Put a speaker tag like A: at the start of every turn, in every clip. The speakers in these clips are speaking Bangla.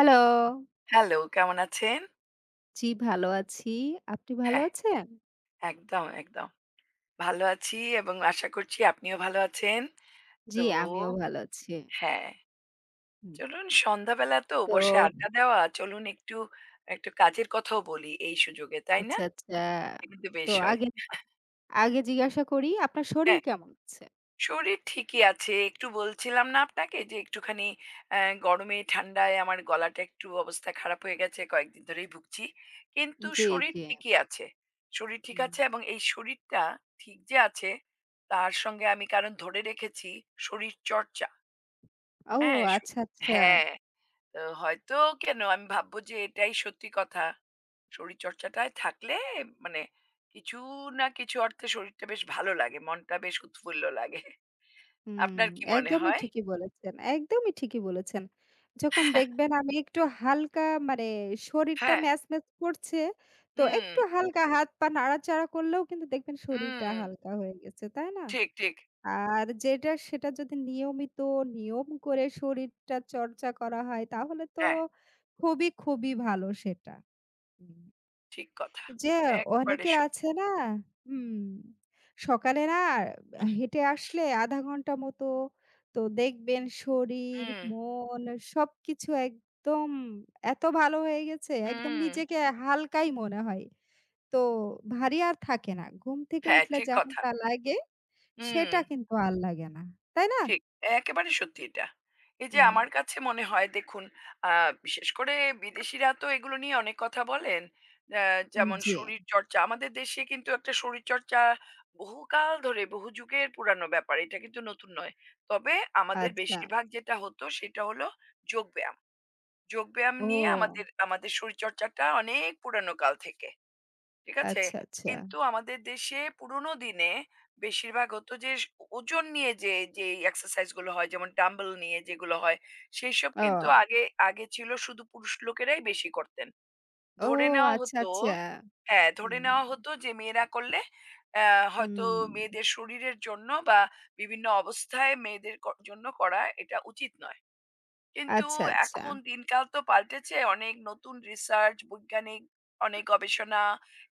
A: হ্যালো।
B: হ্যালো, কেমন আছেন?
A: জি, ভালো আছি। আপনি ভালো
B: হ্যাঁ,
A: আছেন?
B: একদম, একদম। ভালো আছি এবং আশা করছি আপনিও ভালো আছেন। তো
A: জি, আমিও ভালো আছি।
B: হ্যাঁ,
A: হুম।
B: চলুন সন্ধ্যাবেলা তো
A: তো
B: বসে আড্ডা দেওয়া, চলুন একটু কাজের কথাও বলি এই সুযোগে, তাই না?
A: আচ্ছা, আচ্ছা।
B: এটা কিন্তু
A: তো
B: বেশ হয়।
A: আগে আগে জিজ্ঞাসা করি আপনার শরীর
B: হ্যাঁ।
A: কেমন আছে?
B: শরীর ঠিকই আছে। একটু বলছিলাম না আপনাকে যে একটুখানি গরমে ঠান্ডায় আমার গলাটা একটু অবস্থা খারাপ হয়ে গেছে। কয়েকদিন ধরেই ভুগছি। কিন্তু
A: জি,
B: শরীর
A: জি।
B: ঠিকই আছে। শরীর ঠিক
A: হুম।
B: আছে এবং এই শরীরটা ঠিক যে আছে তার সঙ্গে আমি কারণ ধরে রেখেছি শরীরচর্চা।
A: ও
B: হ্যাঁ, স
A: আচ্ছা, আচ্ছা।
B: হ্যাঁ, তো হয়তো কেন আমি ভাববো যে এটাই সত্যি কথা। শরীরচর্চাটায় থাকলে মানে কিছু না কিছু অর্থে শরীরটা বেশ ভালো লাগে। মনটা বেশ উৎফুল্ল লাগে।
A: হুম,
B: আপনার কি মনে
A: একদমই
B: হয়?
A: ঠিকই বলেছেন, একদমই ঠিকই বলেছেন। যখন দেখবেন আমি একটু হালকা, মানে শরীরটা
B: হ্যাঁ,
A: ম্যাজম্যাজ করছে, তো
B: হুম,
A: একটু হালকা হাত পা নাড়াচাড়া করলেও কিন্তু দেখবেন শরীরটা
B: হুম,
A: হালকা হয়ে গেছে, তাই না?
B: ঠিক, ঠিক।
A: আর যেটা সেটা যদি নিয়মিত নিয়ম করে শরীরটা চর্চা করা হয় তাহলে তো
B: হ্যাঁ,
A: খুবই, খুবই ভালো সেটা। হুম।
B: ঠিক কথা।
A: যে
B: একেবারে
A: অনেকের
B: সত্যি।
A: আছে না, হুম, সকালে না হেঁটে আসলে আধা ঘন্টা মতো তো দেখবেন শরীর,
B: হুম,
A: মন সবকিছু একদম এত ভালো হয়ে গেছে, একদম
B: হুম,
A: নিজেকে হালকাই মনে হয়। তো ভারী আর থাকে না। ঘুম থেকে
B: হ্যাঁ,
A: উঠলে
B: ঠিক কথা।
A: যেমনটা লাগে
B: হুম,
A: সেটা কিন্তু আর লাগে না। তাই না?
B: ঠিক। একেবারে সত্যি এটা। এই যে
A: হুম,
B: আমার কাছে মনে হয় দেখুন, আ বিশেষ করে বিদেশিরা তো এগুলো নিয়ে অনেক কথা বলেন। আ যেমন
A: জি,
B: শরীরচর্চা। আমাদের দেশে কিন্তু একটা শরীরচর্চা বহুকাল ধরে, বহু যুগের পুরানো ব্যাপার। এটা কিন্তু নতুন নয়। তবে আমাদের
A: আচ্ছা।
B: বেশিরভাগ যেটা হতো সেটা হলো যোগব্যায়াম। যোগব্যায়াম নিয়ে
A: ও
B: আমাদের আমাদের শরীরচর্চাটা অনেক পুরানো কাল থেকে। ঠিক আছে?
A: আচ্ছা, আচ্ছা।
B: কিন্তু আমাদের দেশে পুরোনো দিনে বেশিরভাগ হতো যে স ওজন নিয়ে যে এক্সারসাইজ গুলো হয় যেমন ডাম্বেল নিয়ে যেগুলো হয়, সেইসব কিন্তু
A: ও,
B: আগে আগে ছিল শুধু পুরুষ লোকেরাই বেশি করতেন।
A: ও
B: ধরে নেওয়া
A: আচ্ছা,
B: হতো।
A: আচ্ছা।
B: হ্যাঁ, ধরে
A: হুম,
B: নেওয়া হতো যে মেয়েরা করলে অ্যা হয়তো
A: হুম।
B: মেয়েদের শরীরের জন্য বা বিভিন্ন অবস্থায় মেয়েদের ক জন্য করা এটা উচিত নয়। কিন্তু
A: আচ্ছা, আচ্ছা।
B: এখন দিনকাল তো পাল্টেছে। অনেক নতুন রিসার্চ, বৈজ্ঞানিক অনেক গবেষণা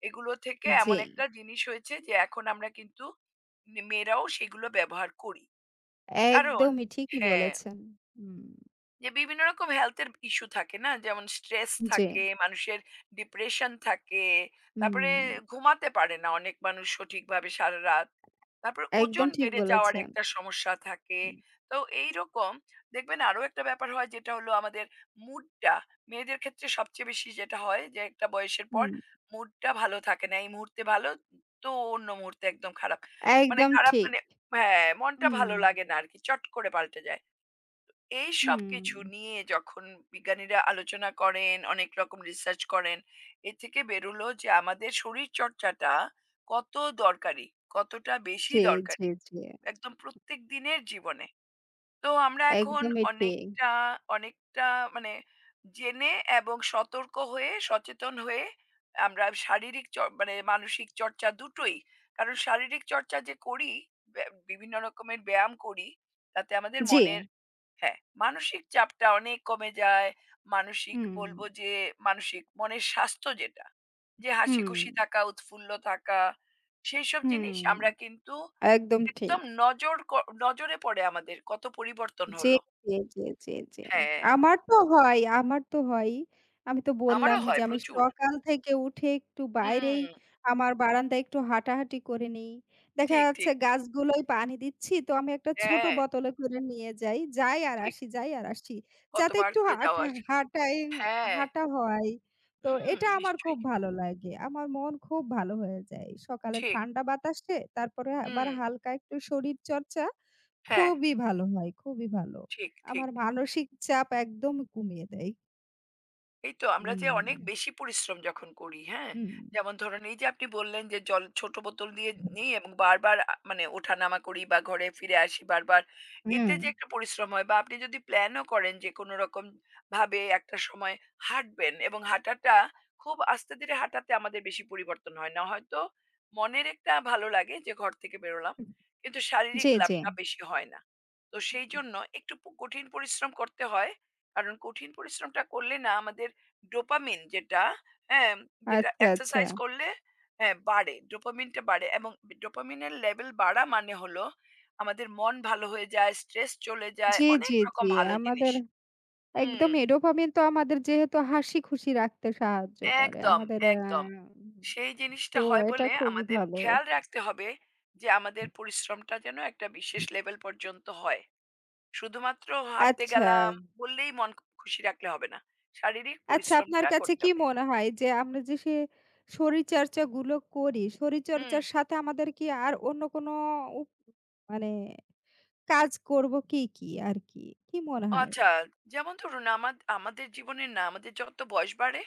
B: এগুলো থেকে
A: জি,
B: এমন একটা জিনিস হয়েছে যে এখন আমরা কিন্তু মেয়েরাও সেগুলো ব্যবহার করি। কারণ
A: একদমই ঠিকই
B: হ্যাঁ।
A: বলেছেন। হুম,
B: যে বিভিন্ন রকম হেলথ এর ইস্যু থাকে না? যেমন স্ট্রেস
A: জি,
B: থাকে, মানুষের ডিপ্রেশন থাকে। তারপরে
A: হুম,
B: ঘুমাতে পারে না অনেক মানুষ সঠিকভাবে সারারাত। তারপরে
A: একদম
B: ওজন
A: ঠিক
B: বেড়ে যাওয়ার
A: বলেছেন।
B: একটা সমস্যা থাকে।
A: হুম,
B: তো এইরকম দেখবেন আরো একটা ব্যাপার হয় যেটা হলো আমাদের মুডটা মেয়েদের ক্ষেত্রে সবচেয়ে বেশি যেটা হয় যে একটা বয়সের পর
A: হুম,
B: মুডটা ভালো থাকে না। এই মুহূর্তে ভালো তো অন্য মুহূর্তে একদম খারাপ। মানে
A: একদম
B: খারাপ
A: ঠিক।
B: মানে হ্যাঁ, মনটা
A: হুম,
B: ভালো লাগে না আরকি। চট করে পাল্টে যায়। এই
A: হুম।
B: সবকিছু নিয়ে যখন বিজ্ঞানীরা আলোচনা করেন, অনেক রকম রিসার্চ করেন, এ থেকে বেরোলো যে আমাদের শরীরচর্চাটা কত দরকারি, কতটা বেশি
A: জি, জি,
B: দরকারি।
A: জি,
B: একদম প্রত্যেক দিনের জীবনে। তো আমরা এখন
A: একদমই ঠিক।
B: অনেকটা, অনেকটা মানে জেনে এবং সতর্ক হয়ে, সচেতন হয়ে আমরা শারীরিক চর মানে মানসিক চর্চা দুটোই। কারণ শারীরিক চর্চা যে করি, ব্য বিভিন্ন রকমের ব্যায়াম করি, তাতে আমাদের
A: জি,
B: মনের হ্যাঁ, মানসিক চাপটা অনেক কমে যায়। মানসিক
A: হুম,
B: বলব যে মানসিক মনের স্বাস্থ্য যেটা, যে
A: হুম,
B: হাসিখুশি থাকা, উৎফুল্ল থাকা, সেইসব জিনিস
A: হুম,
B: আমরা কিন্তু
A: একদম ঠিক।
B: একদম নজর ক নজরে পড়ে আমাদের কত পরিবর্তন
A: জি,
B: হলো।
A: জি, জি, জি, জি।
B: হ্যাঁ,
A: আমার তো হয়, আমার তো হয়ই। আমি তো
B: আমারও
A: বললামই যে
B: হয়
A: আমি
B: প্রচুর।
A: সকাল থেকে উঠে একটু বাইরেই
B: হুম,
A: আমার বারান্দায় একটু হাঁটাহাঁটি করে নিই। দেখা
B: ঠিক,
A: যাচ্ছে
B: ঠিক।
A: গাছগুলোয় পানি দিচ্ছি, তো আমি একটা ছোট
B: হ্যাঁ,
A: বোতলে করে নিয়ে যাই। যাই আর
B: ঠিক।
A: আসি, যাই আর আসি। যাতে
B: কতবার
A: একটু
B: করে যাওয়া আসা।
A: হাঁটাই
B: হ্যাঁ,
A: হাঁটা হয়। তো
B: হুম,
A: এটা আমার
B: নিশ্চয়ই।
A: খুব ভালো লাগে। আমার মন খুব ভালো হয়ে যায়। সকালে
B: ঠিক।
A: ঠান্ডা বাতাসে, তারপরে
B: হুম,
A: আবার হালকা একটু শরীরচর্চা।
B: হ্যাঁ,
A: খুবই ভালো হয়, খুবই ভালো।
B: ঠিক, ঠিক।
A: আমার মানসিক চাপ একদম কমিয়ে দেয়।
B: এই তো আমরা যে
A: হুম,
B: অনেক বেশি পরিশ্রম যখন করি, হ্যাঁ?
A: হুম,
B: যেমন ধরুন এই যে আপনি বললেন যে জল ছোট বোতল দিয়ে নিই এবং বারবার মানে ওঠানামা করি বা ঘরে ফিরে আসি বারবার। এতে
A: হুম।
B: যে একটা পরিশ্রম হয় বা আপনি যদি প্ল্যানও করেন যে কোনো রকম ভাবে একটা সময় হাঁটবেন এবং হাঁটাটা খুব আস্তে ধীরে হাঁটাতে আমাদের বেশি পরিবর্তন হয় না। হয়তো মনের একটা ভালো লাগে যে ঘর থেকে বেরোলাম। কিন্তু
A: জি,
B: শারীরিক
A: জি।
B: লাভটা বেশি হয় না। তো
A: হুম।
B: সেইজন্য একটু প কঠিন পরিশ্রম করতে হয়। কারণ কঠিন পরিশ্রমটা করলে না আমাদের ডোপামিন যেটা হ্যাঁ, যেটা
A: আচ্ছা, আচ্ছা।
B: এক্সারসাইজ করলে হ্যাঁ বাড়ে। ডোপামিনটা বাড়ে এবং ডোপামিনের লেভেল বাড়া মানে হলো আমাদের মন ভালো হয়ে যায়, স্ট্রেস চলে যায়,
A: জি,
B: অনেক
A: জি,
B: রকম
A: জি।
B: ভালো জিনিস।
A: আমাদের
B: হুম,
A: একদমই ডোপামিন তো আমাদের যেহেতু হাসি-খুশি রাখতে সাহায্য করে।
B: একদম,
A: আমাদের আ
B: একদম। সেই
A: তো
B: জিনিসটা হয়
A: এটা
B: বলে
A: খুবই
B: আমাদের
A: ভালো।
B: খেয়াল রাখতে হবে যে আমাদের পরিশ্রমটা যেন একটা বিশেষ লেভেল পর্যন্ত হয়। শুধুমাত্র হাঁটতে
A: আচ্ছা,
B: গেলাম বললেই মন খুশি রাখলে হবে না। শারীরিক
A: আচ্ছা, আপনার
B: পরিশ্রমটা
A: কাছে
B: করতে
A: কি
B: হবে।
A: মনে হয় যে আমরা যে শরীরচর্চাগুলো করি,
B: হুম।
A: শরীরচর্চার সাথে আমাদের কি আর অন্য কোনো উপ মানে কাজ করব কি, কি আর কি? কি মনে হয়?
B: আচ্ছা, যেমন ধরুন আমাদের জীবনে না আমাদের যত বয়স বাড়ে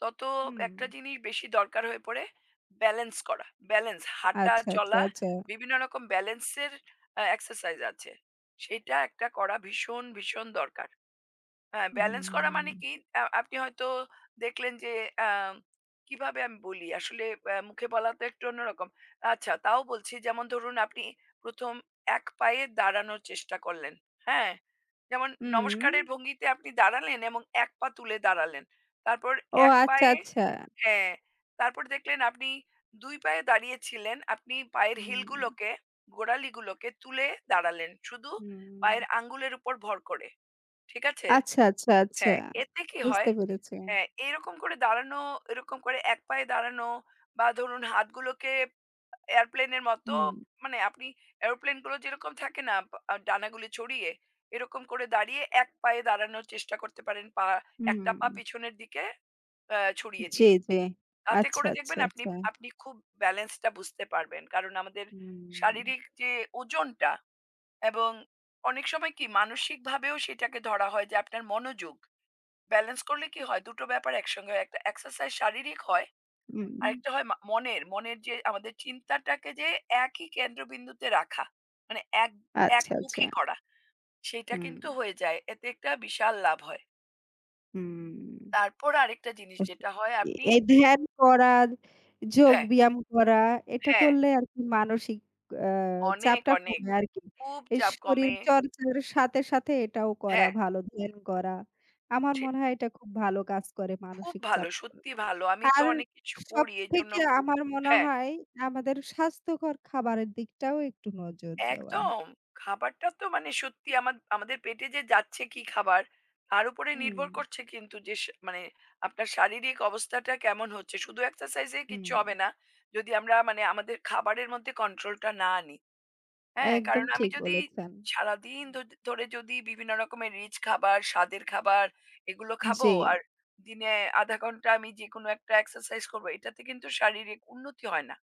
B: তত
A: হুম।
B: একটা জিনিস বেশি দরকার হয়ে পড়ে ব্যালেন্স করা। ব্যালেন্স হাঁটা,
A: আচ্ছা, আচ্ছা,
B: চলা
A: আচ্ছা।
B: বিভিন্ন রকম ব্যালেন্সের এক্সারসাইজ আছে। সেটা একটা করা ভীষণ, ভীষণ দরকার। হ্যাঁ, ব্যালেন্স করা মানে
A: হুম,
B: কি? আপনি হয়তো দেখলেন যে আ কিভাবে আমি বলি? আসলে মুখে বলা তো একটু অন্যরকম। আচ্ছা তাও বলছি যেমন ধরুন আপনি ১ম এক পায়ে দাঁড়ানোর চেষ্টা করলেন। হ্যাঁ? যেমন
A: হুম।
B: নমস্কারের ভঙ্গিতে আপনি দাঁড়ালেন এবং এক পা তুলে দাঁড়ালেন। তারপর
A: ও
B: এক
A: আচ্ছা,
B: পায়ে
A: আচ্ছা।
B: হ্যাঁ, তারপর দেখলেন আপনি ২ পায়ে দাঁড়িয়েছিলেন। আপনি পায়ের
A: হুম,
B: হিলগুলোকে, গোড়ালিগুলোকে তুলে দাঁড়ালেন। শুধু
A: হুম।
B: পায়ের আঙ্গুলের উপর ভর করে। ঠিক আছে?
A: আচ্ছা, আচ্ছা, আচ্ছা।
B: হ্যাঁ, এতে কি হয়
A: বুঝতে পেরেছি।
B: হ্যাঁ, এরকম করে দাঁড়ানো, এরকম করে এক পায়ে দাঁড়ানো বা ধরুন হাতগুলোকে এয়ারপ্লেনের মতো
A: হুম,
B: মানে আপনি এরোপ্লেন গুলো যেরকম থাকে না প আ ডানাগুলো ছড়িয়ে, এরকম করে দাঁড়িয়ে এক পায়ে দাঁড়ানোর চেষ্টা করতে পারেন।
A: হুম।
B: একটা পা পিছনের দিকে ছড়িয়ে
A: জি,
B: দিয়ে।
A: জি।
B: তাতে
A: আচ্ছা,
B: করে
A: আচ্ছা,
B: দেখবেন আপনি
A: আচ্ছা।
B: আপনি খুব ব্যালেন্স টা বুঝতে পারবেন। কারণ আমাদের
A: হুম,
B: শারীরিক যে ওজনটা এবং অনেক সময় কি মানসিকভাবেও সেটাকে ধরা হয় যে আপনার মনোযোগ। ব্যালেন্স করলে কি হয়? ২ টো ব্যাপার একসঙ্গে হয়। একটা এক্সারসাইজ শারীরিক হয়,
A: হুম।
B: আরেকটা হয় মনের। মনের যে আমাদের চিন্তাটাকে যে একই কেন্দ্রবিন্দুতে রাখা। মানে এক
A: আচ্ছা, আচ্ছা।
B: একমুখী করা। সেইটা
A: হুম,
B: কিন্তু হয়ে যায়। এতে একটা বিশাল লাভ হয়।
A: হুম।
B: তারপর আরেকটা জিনিস
A: আস
B: যেটা হয়
A: এ
B: আপনি
A: এই ধ্যান করা, যোগ
B: হ্যাঁ,
A: ব্যায়াম করা, এটা
B: হ্যাঁ,
A: করলে আরকি মানসিক আ
B: অনেক,
A: চাপটা
B: অনেক।
A: কমে আরকি।
B: খুব
A: এই
B: চাপ
A: শরীর
B: কমে।
A: চর্চার সাথে, সাথে এটাও করা
B: হ্যাঁ,
A: ভালো, ধ্যান করা। আমার
B: সে
A: মনে হয় এটা খুব ভালো কাজ করে
B: খুব
A: মানসিক চাপ
B: ভালো,
A: কম।
B: সত্যি ভালো। আমি তো
A: আর
B: অনেক কিছু করি এজন্য
A: সবথেকে আমার মনে
B: হ্যাঁ।
A: হয় আমাদের স্বাস্থ্যকর খাবারের দিকটাও একটু নজর দেওয়া।
B: একদম। খাবারটা তো মানে সত্যি আমাদের পেটে যে যাচ্ছে কি খাবার, তার উপরে
A: হুম,
B: নির্ভর করছে কিন্তু যে মানে আপনার শারীরিক অবস্থাটা কেমন হচ্ছে। শুধু এক্সারসাইজ এ
A: হুম।
B: কিচ্ছু হবে না। যদি আমরা মানে আমাদের খাবারের মধ্যে কন্ট্রোলটা না আনি। হ্যাঁ,
A: একদম
B: কারণ আমি
A: ঠিক
B: যদি
A: বলেছেন।
B: সারাদিন ধ ধরে যদি বিভিন্ন রকমের রিচ খাবার, স্বাদের খাবার এগুলো খাবো
A: জি,
B: আর দিনে ০.৫ ঘন্টা আমি যেকোনো একটা এক্সারসাইজ করব, এটাতে কিন্তু শারীরিক উন্নতি হয় না।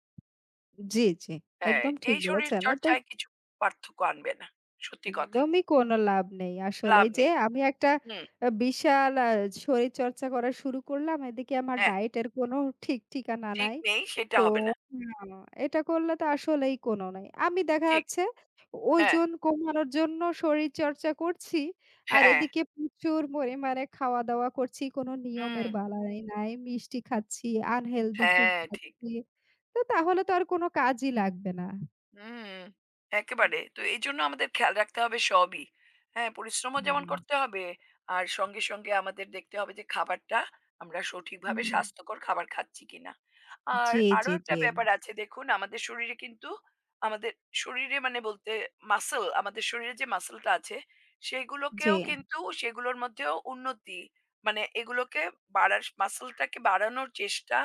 A: জি, জি।
B: হ্যাঁ,
A: একদম ঠিক
B: এই
A: বলেছেন। এতে
B: শরীরচর্চায় কিছু পার্থক্য আনবে না। সত্যি কথা।
A: একদমই কোনো লাভ নেই আসলে।
B: লাভ
A: এই যে
B: নেই।
A: আমি একটা
B: হুম,
A: বিশাল শরীরচর্চা করা শুরু করলাম। এদিকে আমার
B: হ্যাঁ,
A: ডায়েটের কোনো ঠিক ঠিকানা
B: ঠিক
A: নাই।
B: নেই সেটা
A: তো
B: হবে না।
A: না, এটা করলে তো আসলেই কোনো নাই। আমি দেখা
B: ঠিক।
A: যাচ্ছে
B: হ্যাঁ,
A: ওজন কমানোর জন্য শরীরচর্চা করছি। আর
B: হ্যাঁ,
A: এদিকে প্রচুর পরিমাণে খাওয়া-দাওয়া করছি। কোনো
B: হুম,
A: নিয়মের বালাই নাই। মিষ্টি খাচ্ছি, আনহেলদি ফুড
B: হ্যাঁ, ঠিক।
A: খাচ্ছি। তো তাহলে তো আর কোনো কাজই লাগবে না।
B: হুম,
A: হুম,
B: একেবারে। তো এইজন্য আমাদের খেয়াল রাখতে হবে সবই। হ্যাঁ, পরিশ্রমও যেমন
A: হুম।
B: করতে হবে, আর সঙ্গে, সঙ্গে আমাদের দেখতে হবে যে খাবারটা আমরা সঠিকভাবে
A: হুম,
B: স্বাস্থ্যকর খাবার খাচ্ছি কিনা। আর
A: জি,
B: আরো
A: জি,
B: একটা
A: জি।
B: ব্যাপার আছে দেখুন আমাদের শরীরে মানে বলতে মাসল, আমাদের শরীরে যে মাসলটা আছে
A: জি।
B: সেগুলোকেও কিন্তু সেগুলোর মধ্যেও উন্নতি মানে এগুলোকে মাসলটাকে বাড়ানোর চেষ্টা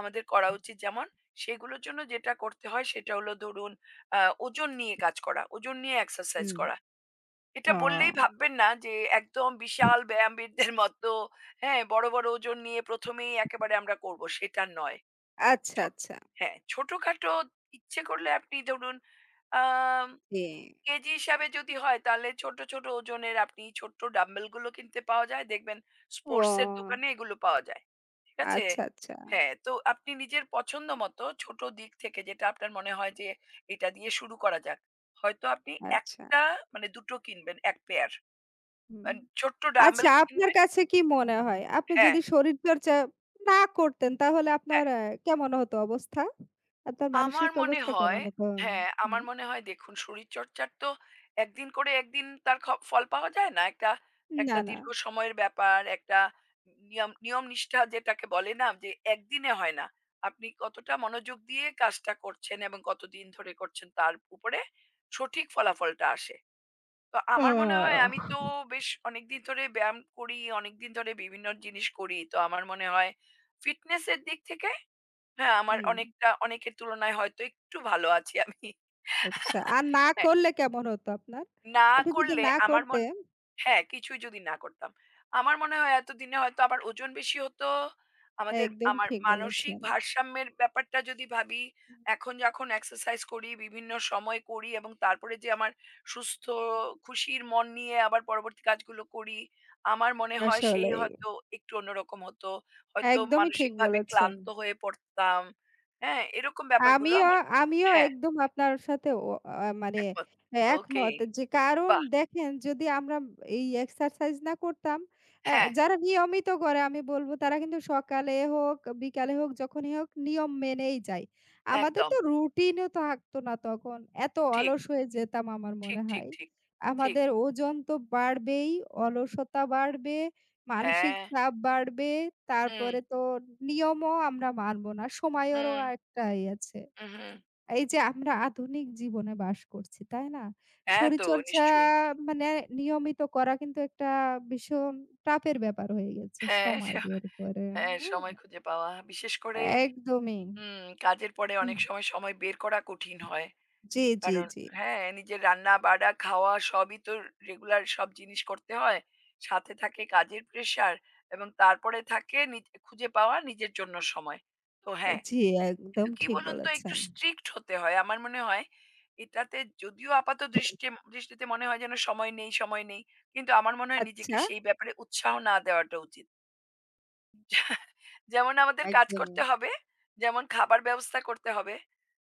B: আমাদের করা উচিত যেমন সেগুলোর জন্য যেটা করতে হয় সেটা হলো ধরুন আ ওজন নিয়ে কাজ করা, ওজন নিয়ে এক্সারসাইজ
A: হুম।
B: করা। এটা বললেই
A: ও
B: ভাববেন না যে একদম বিশাল ব্যায়ামবিদদের মতো, হ্যাঁ? বড়, বড় ওজন নিয়ে ১ম এই একেবারে আমরা করব, সেটা নয়।
A: আচ্ছা,
B: ছোট
A: আচ্ছা।
B: হ্যাঁ, ছোটখাটো ইচ্ছে করলে আপনি ধরুন আম
A: জি।
B: কেজি হিসাবে যদি হয় তাহলে ছোট, ছোট ওজনের আপনি ছোট্ট ডাম্বেলগুলো কিনতে পাওয়া যায়। দেখবেন স্পোর্টস এর
A: ও
B: দোকানে এগুলো পাওয়া যায়। ঠিক আছে?
A: আচ্ছা, আচ্ছা,
B: হ্যাঁ, তো আপনি নিজের পছন্দ মতো ছোট দিক থেকে যেটা আপনার মনে হয় যে এটা দিয়ে শুরু করা যাক। হয়তো আপনি
A: আচ্ছা।
B: একটা মানে ২ টো কিনবেন, ১ পেয়ার।
A: হুম।
B: ছোট্ট
A: আচ্ছা,
B: ডাম্বেল
A: আপনার
B: কিনবেন
A: কাছে কি মনে হয় আপনি
B: হ্যাঁ,
A: যদি শরীরচর্চা না করতেন তাহলে আপনার
B: হ্যাঁ।
A: কেমন হতো অবস্থা? আপনার
B: আমার
A: মানসিক
B: মনে
A: অবস্থা
B: হয়
A: কেমন হতো?
B: হ্যাঁ,
A: হুম।
B: আমার মনে হয় দেখুন শরীরচর্চার তো একদিন করে একদিন তার ফল পাওয়া যায় না। একটা
A: না,
B: একটা
A: না।
B: দীর্ঘ সময়ের ব্যাপার, একটা নিয়ম নিয়ম নিষ্ঠা যেটাকে বলে না যে একদিনে হয় না। আপনি কতটা মনোযোগ দিয়ে কাজটা করছেন এবং কতদিন ধরে করছেন তার উপরে সঠিক ফলাফলটা আসে। তো আমার মনে হয়
A: ও
B: আমি তো বেশ অনেকদিন ধরে ব্যায়াম করি, অনেকদিন ধরে বিভিন্ন জিনিস করি। তো আমার মনে হয় ফিটনেস এর দিক থেকে হ্যাঁ, আমার
A: হুম।
B: অনেকটা অনেকের তুলনায় হয়তো একটু ভালো আছি আমি।
A: আচ্ছা। আর না
B: হ্যাঁ,
A: করলে কেমন হতো আপনার?
B: না
A: আপনি যদি
B: করলে
A: না
B: আমার মনে
A: করতেন।
B: হ্যাঁ, কিছুই যদি না করতাম। আমার মনে হয় এতদিনে হয়তো আমার ওজন বেশি হতো।
A: একদম
B: আমার
A: ঠিক
B: মানসিক
A: বলেছেন।
B: ভারসাম্যের ব্যাপারটা যদি ভাবি, এখন যখন এক্সারসাইজ করি, বিভিন্ন সময় করি এবং তারপরে যে আমার সুস্থ খুশির মন নিয়ে আবার পরবর্তী কাজগুলো করি, আমার মনে হয় সেই
A: আসলেই।
B: হয়তো একটু অন্যরকম হতো। হয়তো
A: একদমই ঠিক
B: মানসিকভাবে
A: বলেছেন।
B: ক্লান্ত হয়ে পড়তাম। হ্যাঁ, এরকম ব্যাপারগুলো
A: আমিও,
B: আমার
A: আমিও
B: হ্যাঁ,
A: একদম আপনার সাথে ও আ মানে
B: একমত। ওকে,
A: একমত যে, কারণ
B: বাহ!
A: দেখেন যদি আমরা এই এক্সারসাইজ না করতাম,
B: হ্যাঁ,
A: যারা নিয়মিত করে আমি বলব তারা কিন্তু সকালে হোক, বিকালে হোক, যখনই হোক নিয়ম মেনেই যায়। আমাদের
B: একদম
A: তো রুটিনও থাকতো না তখন। এত
B: ঠিক।
A: অলস হয়ে যেতাম আমার
B: ঠিক,
A: মনে
B: ঠিক,
A: হয়।
B: ঠিক, ঠিক।
A: আমাদের ওজন তো বাড়বেই, অলসতা বাড়বে। মানসিক
B: হ্যাঁ,
A: চাপ বাড়বে।
B: হুম,
A: তারপরে তো নিয়মও আমরা মানব না। সময়েরও
B: হুম,
A: একটা ই আছে।
B: হুম, হুম।
A: এই যে আমরা আধুনিক জীবনে বাস করছি, তাই না?
B: হ্যাঁ তো
A: শরীরচর্চা
B: নিশ্চয়ই।
A: মানে নিয়মিত করা কিন্তু একটা ভীষণ চাপের ব্যাপার হয়ে গেছে
B: হ্যাঁ, স
A: সময় বের করে।
B: হ্যাঁ,
A: হ্যাঁ,
B: সময় খুঁজে পাওয়া। বিশেষ করে
A: একদমই।
B: কাজের পরে
A: উম
B: অনেক সময়, সময় বের করা কঠিন হয়।
A: জি, জি,
B: কারণ
A: জি।
B: হ্যাঁ, নিজের রান্না-বাড়া, খাওয়া সবই তো রেগুলার সব জিনিস করতে হয়। সাথে থাকে কাজের প্রেশার এবং তারপরে থাকে নিজ খুঁজে পাওয়া নিজের জন্য সময়। তো হ্যাঁ।
A: জি, একদম
B: কিন্তু কি
A: ঠিক
B: বলুন তো একটু
A: বলেছেন।
B: স্ট্রিক্ট হতে হয়। আমার মনে হয় এটাতে যদিও আপাত দৃষ্টি দৃষ্টিতে মনে হয় যেন সময় নেই, সময় নেই। কিন্তু আমার মনে হয় নিজেকে
A: আচ্ছা,
B: সেই ব্যাপারে উৎসাহ না দেওয়াটা উচিত। যে- যেমন আমাদের কাজ
A: একদমই।
B: করতে হবে, যেমন খাবার ব্যবস্থা করতে হবে,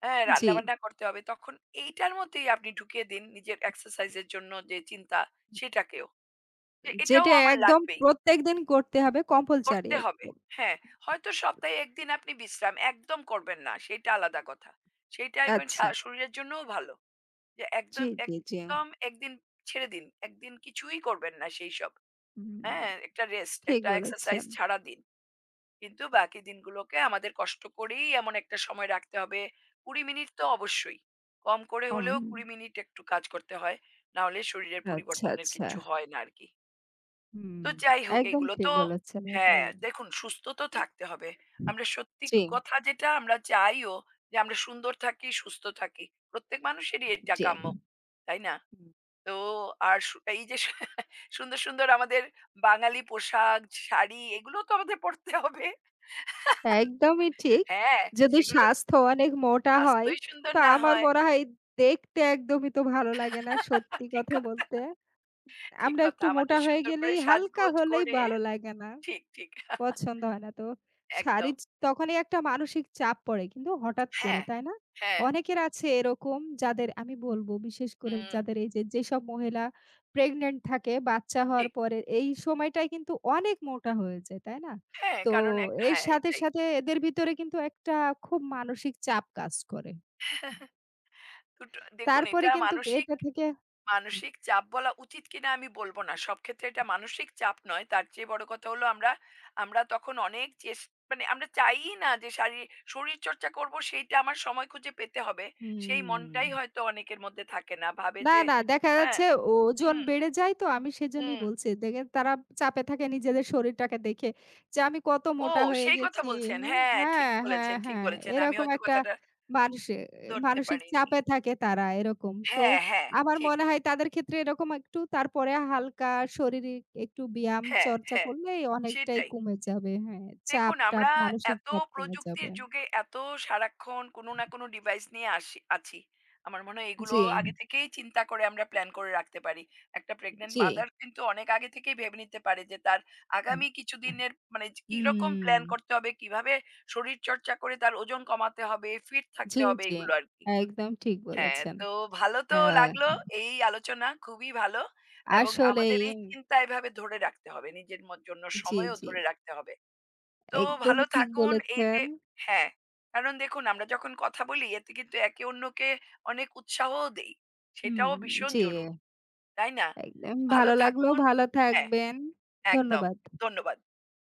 B: হ্যাঁ,
A: জি,
B: রান্নাবান্না করতে হবে। তখন এইটার মধ্যেই আপনি ঢুকিয়ে দিন নিজের এক্সারসাইজ এর জন্য যে চিন্তা সেটাকেও। যে এটাও
A: যেটা
B: আমার
A: একদম
B: লাগবেই।
A: প্রত্যেকদিন করতে হবে কম্পালসারি
B: করতে হবে।
A: একদম।
B: হ্যাঁ, হয়তো সপ্তাহে ১ দিন আপনি বিশ্রাম একদম করবেন না, সেইটা আলাদা কথা। সেইটা ইভেন
A: আচ্ছা।
B: শরীরের জন্যও ভালো। যে
A: জি,
B: একদম,
A: জি, জি।
B: একদম ১ দিন ছেড়ে দিন। ১ দিন কিছুই করবেন না সেইসব।
A: হুম,
B: হ্যাঁ, একটা রেস্ট,
A: ঠিক
B: একটা এক্সারসাইজ
A: বলেছেন।
B: ছাড়া দিন। কিন্তু বাকি দিনগুলোকে আমাদের কষ্ট করেই এমন একটা সময় রাখতে হবে। ২০ মিনিট তো অবশ্যই। কম করে
A: উম
B: হলেও ২০ মিনিট একটু কাজ করতে হয়। নাহলে শরীরের
A: আচ্ছা,
B: পরিবর্তনের
A: আচ্ছা।
B: কিচ্ছু হয় না আরকি।
A: হুম,
B: তো যাই হোক
A: একদম
B: এগুলো
A: ঠিক
B: তো
A: বলেছেন আপনি।
B: হ্যাঁ, দেখুন সুস্থ তো থাকতে হবে। আমরা সত্যি
A: জি,
B: কথা যেটা আমরা চাইও যে আমরা সুন্দর থাকি, সুস্থ থাকি। প্রত্যেক মানুষেরই এটা
A: জি।
B: কাম্য। তাই না?
A: হুম,
B: তো আর সু এই যে সু- সুন্দর, সুন্দর আমাদের বাঙালি পোশাক, শাড়ি এগুলো তো আমাদের পড়তে হবে।
A: একদমই ঠিক।
B: হ্যাঁ,
A: যদি
B: সেগুলো
A: স্বাস্থ্য অনেক মোটা হয়,
B: স্বাস্থ্যই সুন্দর
A: তো
B: না
A: আমার
B: হয়।
A: মনে হয় দেখতে একদমই তো ভালো লাগে না, সত্যি
B: ঠিক
A: কথা
B: কথা,
A: বলতে।
B: ঠিক
A: আমরা
B: কথা।
A: একটু
B: আমাদের
A: মোটা হয়ে
B: সুন্দর করে
A: গেলেই, হালকা
B: সাজগোজ
A: হলেই
B: করে
A: ভালো লাগে না।
B: ঠিক, ঠিক।
A: পছন্দ হয় না। তো শাড়ি
B: একদম।
A: চ তখনই একটা মানসিক চাপ পড়ে কিন্তু হঠাৎ করে,
B: হ্যাঁ,
A: তাই না?
B: হ্যাঁ।
A: অনেকের আছে এরকম, যাদের আমি বলব বিশেষ করে
B: হুম,
A: যাদের, এই যে যেসব মহিলা প্রেগন্যান্ট থাকে, বাচ্চা হওয়ার
B: ঠিক।
A: পরে এই সময়টায় কিন্তু অনেক মোটা হয়ে যায়, তাই না?
B: হ্যাঁ,
A: তো
B: কারণ একটা
A: এর
B: হ্যাঁ,
A: সাথে,
B: এটাই।
A: সাথে এদের ভিতরে কিন্তু একটা খুব মানসিক চাপ কাজ করে।
B: দুটো দেখুন
A: তারপরে
B: এটা
A: কিন্তু
B: মানসিক
A: এটা থেকে
B: মানসিক চাপ বলা উচিত কিনা আমি বলব না। সব ক্ষেত্রে এটা মানসিক চাপ নয়। তার চেয়ে বড় কথা হলো আমরা আমরা তখন অনেক চেস মানে আমরা চাইই না যে শরীরচর্চা করব সেইটা আমার সময় খুঁজে পেতে হবে। সেই
A: হুম।
B: মনটাই হয়তো অনেকের মধ্যে থাকে না। ভাবে
A: না,
B: যে
A: না, দেখা
B: হ্যাঁ,
A: যাচ্ছে ওজন
B: হুম,
A: বেড়ে যায়, তো আমি সেজন্যই
B: হুম।
A: বলছি। দেখেন তারা চাপে থাকে নিজেদের শরীরটাকে দেখে যে আমি কত
B: ও
A: মোটা হয়ে
B: সেই কথা
A: গেছি।
B: বলছেন। হ্যাঁ, ঠিক
A: হ্যাঁ, হ্যাঁ,
B: বলেছেন, ঠিক
A: হ্যাঁ,
B: বলেছেন। আমি
A: এরকম
B: হয়তো
A: একটা
B: কথাটা
A: মানসি
B: ধরতে
A: মানসিক
B: পারিনি।
A: চাপে থাকে তারা এরকম। তো
B: হ্যাঁ, হ্যাঁ,
A: আমার
B: ঠিক।
A: মনে হয় তাদের ক্ষেত্রে এরকম একটু তারপরে হালকা শারীরিক একটু ব্যায়াম
B: হ্যাঁ,
A: চর্চা
B: হ্যাঁ,
A: করলেই অনেকটাই
B: সেটাই।
A: কমে যাবে। হ্যাঁ,
B: দেখুন
A: চাপ-টাপ
B: আমরা
A: মানসিক
B: এত
A: চাপ কমে যাবে।
B: প্রযুক্তির যুগে এত সারাক্ষণ কোনো না কোনো ডিভাইস নিয়ে আসি আছি আমার মনে হয়
A: জি,
B: এগুলো আগে থেকেই চিন্তা করে আমরা প্ল্যান করে রাখতে পারি একটা প্রেগনেন্ট
A: জি।
B: মাদার কিন্তু অনেক আগে থেকেই ভেবে নিতে পারে যে তার আগামী কিছুদিনের মানে যে কিরকম প্ল্যান
A: হুম।
B: করতে হবে কিভাবে শরীর চর্চা করে তার ওজন কমাতে হবে ফিট
A: জি,
B: থাকতে হবে
A: জি।
B: এগুলো আর কি
A: একদম ঠিক
B: হ্যাঁ
A: বলেছেন।
B: তো ভালো তো
A: আ
B: লাগলো এই আলোচনা খুবই ভালো এবং আমাদের
A: আসলেই
B: এই চিন্তা এভাবে ধরে রাখতে হবে নিজের মত- জন্য
A: জি,
B: সময়ও
A: জি।
B: ধরে রাখতে হবে তো ভালো
A: একদমই ঠিক
B: থাকুন। এই
A: বলেছেন।
B: যে হ্যাঁ, কারণ দেখুন আমরা যখন কথা বলি এতে কিন্তু একে অন্যকে অনেক উৎসাহও দেই।
A: হুম,
B: সেটাও ভীষণ
A: জি।
B: জরুরি। তাই না?
A: একদম
B: ভালো
A: ভালো লাগলো।
B: থাকুন
A: ভালো
B: হ্যাঁ,
A: থাকবেন।
B: একদম।
A: ধন্যবাদ।
B: ধন্যবাদ।